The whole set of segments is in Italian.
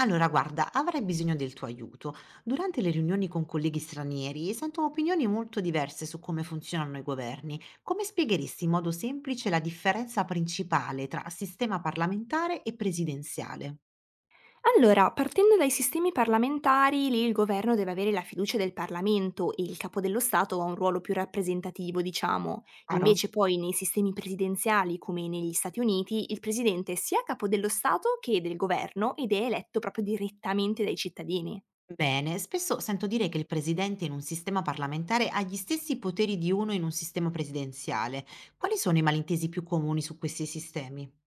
Allora, guarda, avrei bisogno del tuo aiuto. Durante le riunioni con colleghi stranieri sento opinioni molto diverse su come funzionano i governi. Come spiegheresti in modo semplice la differenza principale tra sistema parlamentare e presidenziale? Allora, partendo dai sistemi parlamentari, lì il governo deve avere la fiducia del Parlamento e il capo dello Stato ha un ruolo più rappresentativo, diciamo. Chiaro? Invece poi nei sistemi presidenziali, come negli Stati Uniti, il presidente è sia capo dello Stato che del governo ed è eletto proprio direttamente dai cittadini. Bene, spesso sento dire che il presidente in un sistema parlamentare ha gli stessi poteri di uno in un sistema presidenziale. Quali sono i malintesi più comuni su questi sistemi?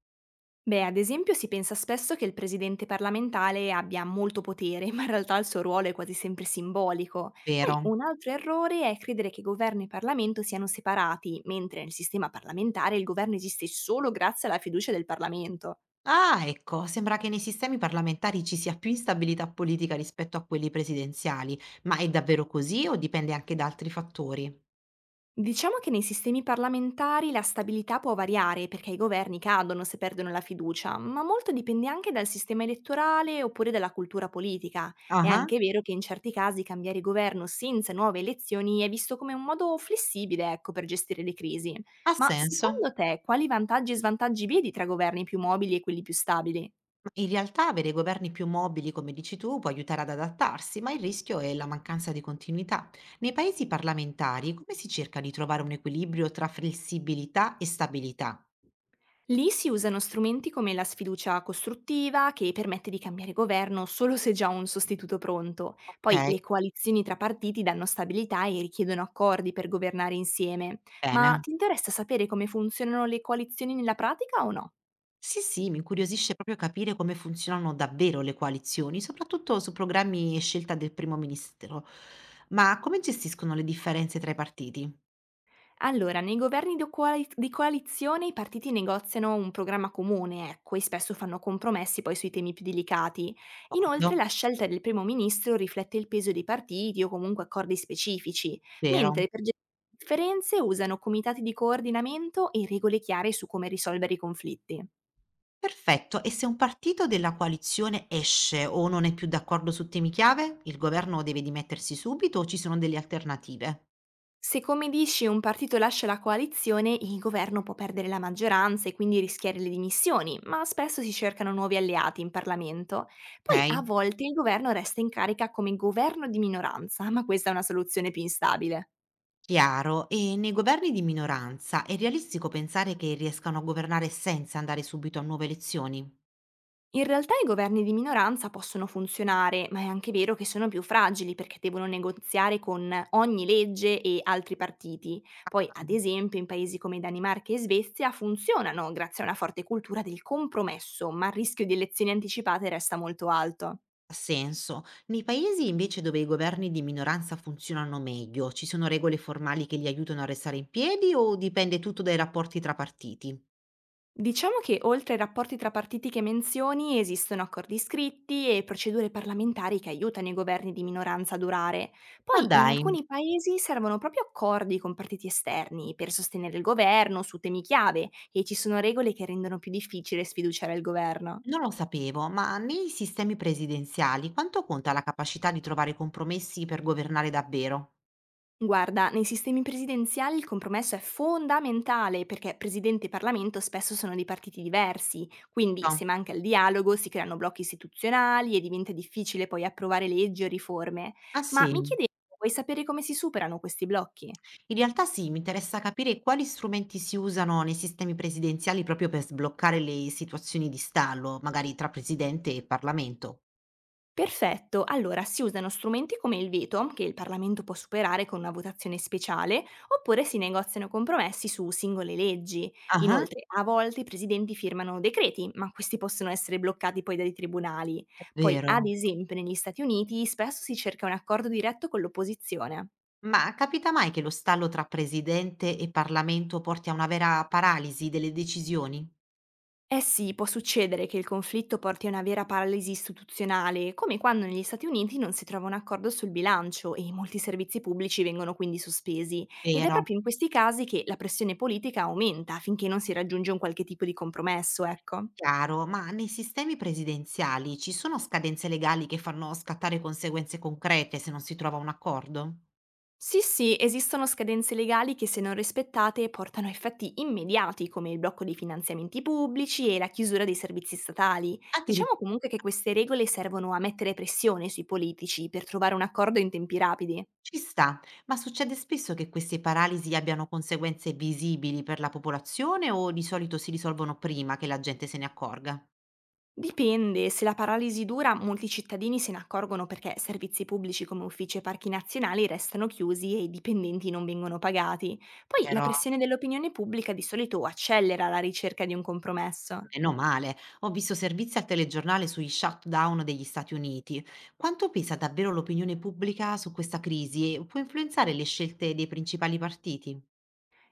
Beh, ad esempio si pensa spesso che il presidente parlamentare abbia molto potere, ma in realtà il suo ruolo è quasi sempre simbolico. Poi Vero? un altro errore è credere che governo e Parlamento siano separati, mentre nel sistema parlamentare il governo esiste solo grazie alla fiducia del Parlamento. Ah, ecco, sembra che nei sistemi parlamentari ci sia più instabilità politica rispetto a quelli presidenziali, ma è davvero così o dipende anche da altri fattori? Diciamo che nei sistemi parlamentari la stabilità può variare perché i governi cadono se perdono la fiducia, ma molto dipende anche dal sistema elettorale oppure dalla cultura politica. È Ah, anche vero che in certi casi cambiare governo senza nuove elezioni è visto come un modo flessibile, ecco, per gestire le crisi. ha Ma senso. secondo te quali vantaggi e svantaggi vedi tra governi più mobili e quelli più stabili? Ma in realtà avere governi più mobili, come dici tu, può aiutare ad adattarsi, ma il rischio è la mancanza di continuità. Nei paesi parlamentari, come si cerca di trovare un equilibrio tra flessibilità e stabilità? Lì si usano strumenti come la sfiducia costruttiva, che permette di cambiare governo solo se già un sostituto pronto. Poi Ok, le coalizioni tra partiti danno stabilità e richiedono accordi per governare insieme. bene. Ma ti interessa sapere come funzionano le coalizioni nella pratica o no? Sì, sì, mi incuriosisce proprio capire come funzionano davvero le coalizioni, soprattutto su programmi e scelta del primo ministro. Ma come gestiscono le differenze tra i partiti? Allora, nei governi do coali di coalizione i partiti negoziano un programma comune, ecco, e spesso fanno compromessi poi sui temi più delicati. Inoltre D'accordo, la scelta del primo ministro riflette il peso dei partiti o comunque accordi specifici, vero. mentre per gestire le differenze usano comitati di coordinamento e regole chiare su come risolvere i conflitti. Perfetto. E se un partito della coalizione esce o non è più d'accordo su temi chiave, il governo deve dimettersi subito o ci sono delle alternative? Se come dici un partito lascia la coalizione, il governo può perdere la maggioranza e quindi rischiare le dimissioni, ma spesso si cercano nuovi alleati in Parlamento. Poi a Ok, volte il governo resta in carica come governo di minoranza, ma questa è una soluzione più instabile. chiaro. E nei governi di minoranza è realistico pensare che riescano a governare senza andare subito a nuove elezioni? In realtà i governi di minoranza possono funzionare, ma è anche vero che sono più fragili perché devono negoziare con ogni legge e altri partiti. Poi, ad esempio, in paesi come Danimarca e Svezia funzionano grazie a una forte cultura del compromesso, ma il rischio di elezioni anticipate resta molto alto. Ha senso. Nei paesi invece dove i governi di minoranza funzionano meglio, ci sono regole formali che li aiutano a restare in piedi o dipende tutto dai rapporti tra partiti? Diciamo che oltre ai rapporti tra partiti che menzioni esistono accordi scritti e procedure parlamentari che aiutano i governi di minoranza a durare. Ma Poi in dai, alcuni paesi servono proprio accordi con partiti esterni per sostenere il governo su temi chiave e ci sono regole che rendono più difficile sfiduciare il governo. non lo sapevo, ma nei sistemi presidenziali quanto conta la capacità di trovare compromessi per governare davvero? Guarda, nei sistemi presidenziali il compromesso è fondamentale perché presidente e Parlamento spesso sono di partiti diversi, quindi No. se manca il dialogo si creano blocchi istituzionali e diventa difficile poi approvare leggi o riforme. Ah Ma mi sì, chiedevo, vuoi sapere come si superano questi blocchi? in realtà sì, mi interessa capire quali strumenti si usano nei sistemi presidenziali proprio per sbloccare le situazioni di stallo, magari tra presidente e Parlamento. Perfetto, allora si usano strumenti come il veto, che il Parlamento può superare con una votazione speciale, oppure si negoziano compromessi su singole leggi. Ah, Inoltre, a volte i presidenti firmano decreti, ma questi possono essere bloccati poi dai tribunali. è Poi, ad vero. esempio, negli Stati Uniti spesso si cerca un accordo diretto con l'opposizione. Ma capita mai che lo stallo tra presidente e Parlamento porti a una vera paralisi delle decisioni? Eh sì, può succedere che il conflitto porti a una vera paralisi istituzionale, come quando negli Stati Uniti non si trova un accordo sul bilancio e molti servizi pubblici vengono quindi sospesi. Ed è Vero, proprio in questi casi che la pressione politica aumenta finché non si raggiunge un qualche tipo di compromesso, ecco. chiaro, ma nei sistemi presidenziali ci sono scadenze legali che fanno scattare conseguenze concrete se non si trova un accordo? Sì, sì, esistono scadenze legali che se non rispettate portano a effetti immediati come il blocco dei finanziamenti pubblici e la chiusura dei servizi statali. Addirittura Diciamo comunque che queste regole servono a mettere pressione sui politici per trovare un accordo in tempi rapidi. ci sta, ma succede spesso che queste paralisi abbiano conseguenze visibili per la popolazione o di solito si risolvono prima che la gente se ne accorga? Dipende, se la paralisi dura molti cittadini se ne accorgono perché servizi pubblici come uffici e parchi nazionali restano chiusi e i dipendenti non vengono pagati. Poi la Vero. pressione dell'opinione pubblica di solito accelera la ricerca di un compromesso. Meno male. Ho visto servizi al telegiornale sui shutdown degli Stati Uniti. Quanto pesa davvero l'opinione pubblica su questa crisi e può influenzare le scelte dei principali partiti?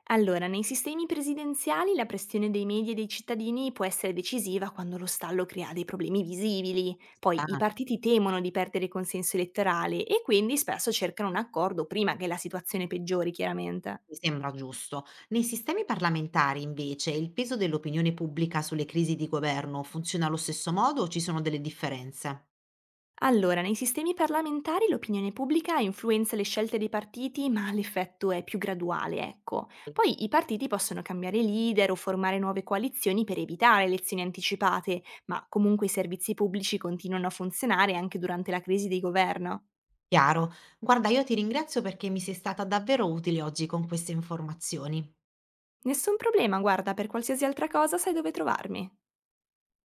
Allora, nei sistemi presidenziali la pressione dei media e dei cittadini può essere decisiva quando lo stallo crea dei problemi visibili, poi i Ah, partiti temono di perdere consenso elettorale e quindi spesso cercano un accordo prima che la situazione peggiori, chiaramente. mi sembra giusto. Nei sistemi parlamentari, invece, il peso dell'opinione pubblica sulle crisi di governo funziona allo stesso modo o ci sono delle differenze? Allora, nei sistemi parlamentari l'opinione pubblica influenza le scelte dei partiti, ma l'effetto è più graduale, ecco. Sì. Poi i partiti possono cambiare leader o formare nuove coalizioni per evitare elezioni anticipate, ma comunque i servizi pubblici continuano a funzionare anche durante la crisi di governo. Chiaro. Guarda, io ti ringrazio perché mi sei stata davvero utile oggi con queste informazioni. Nessun problema, guarda, per qualsiasi altra cosa sai dove trovarmi.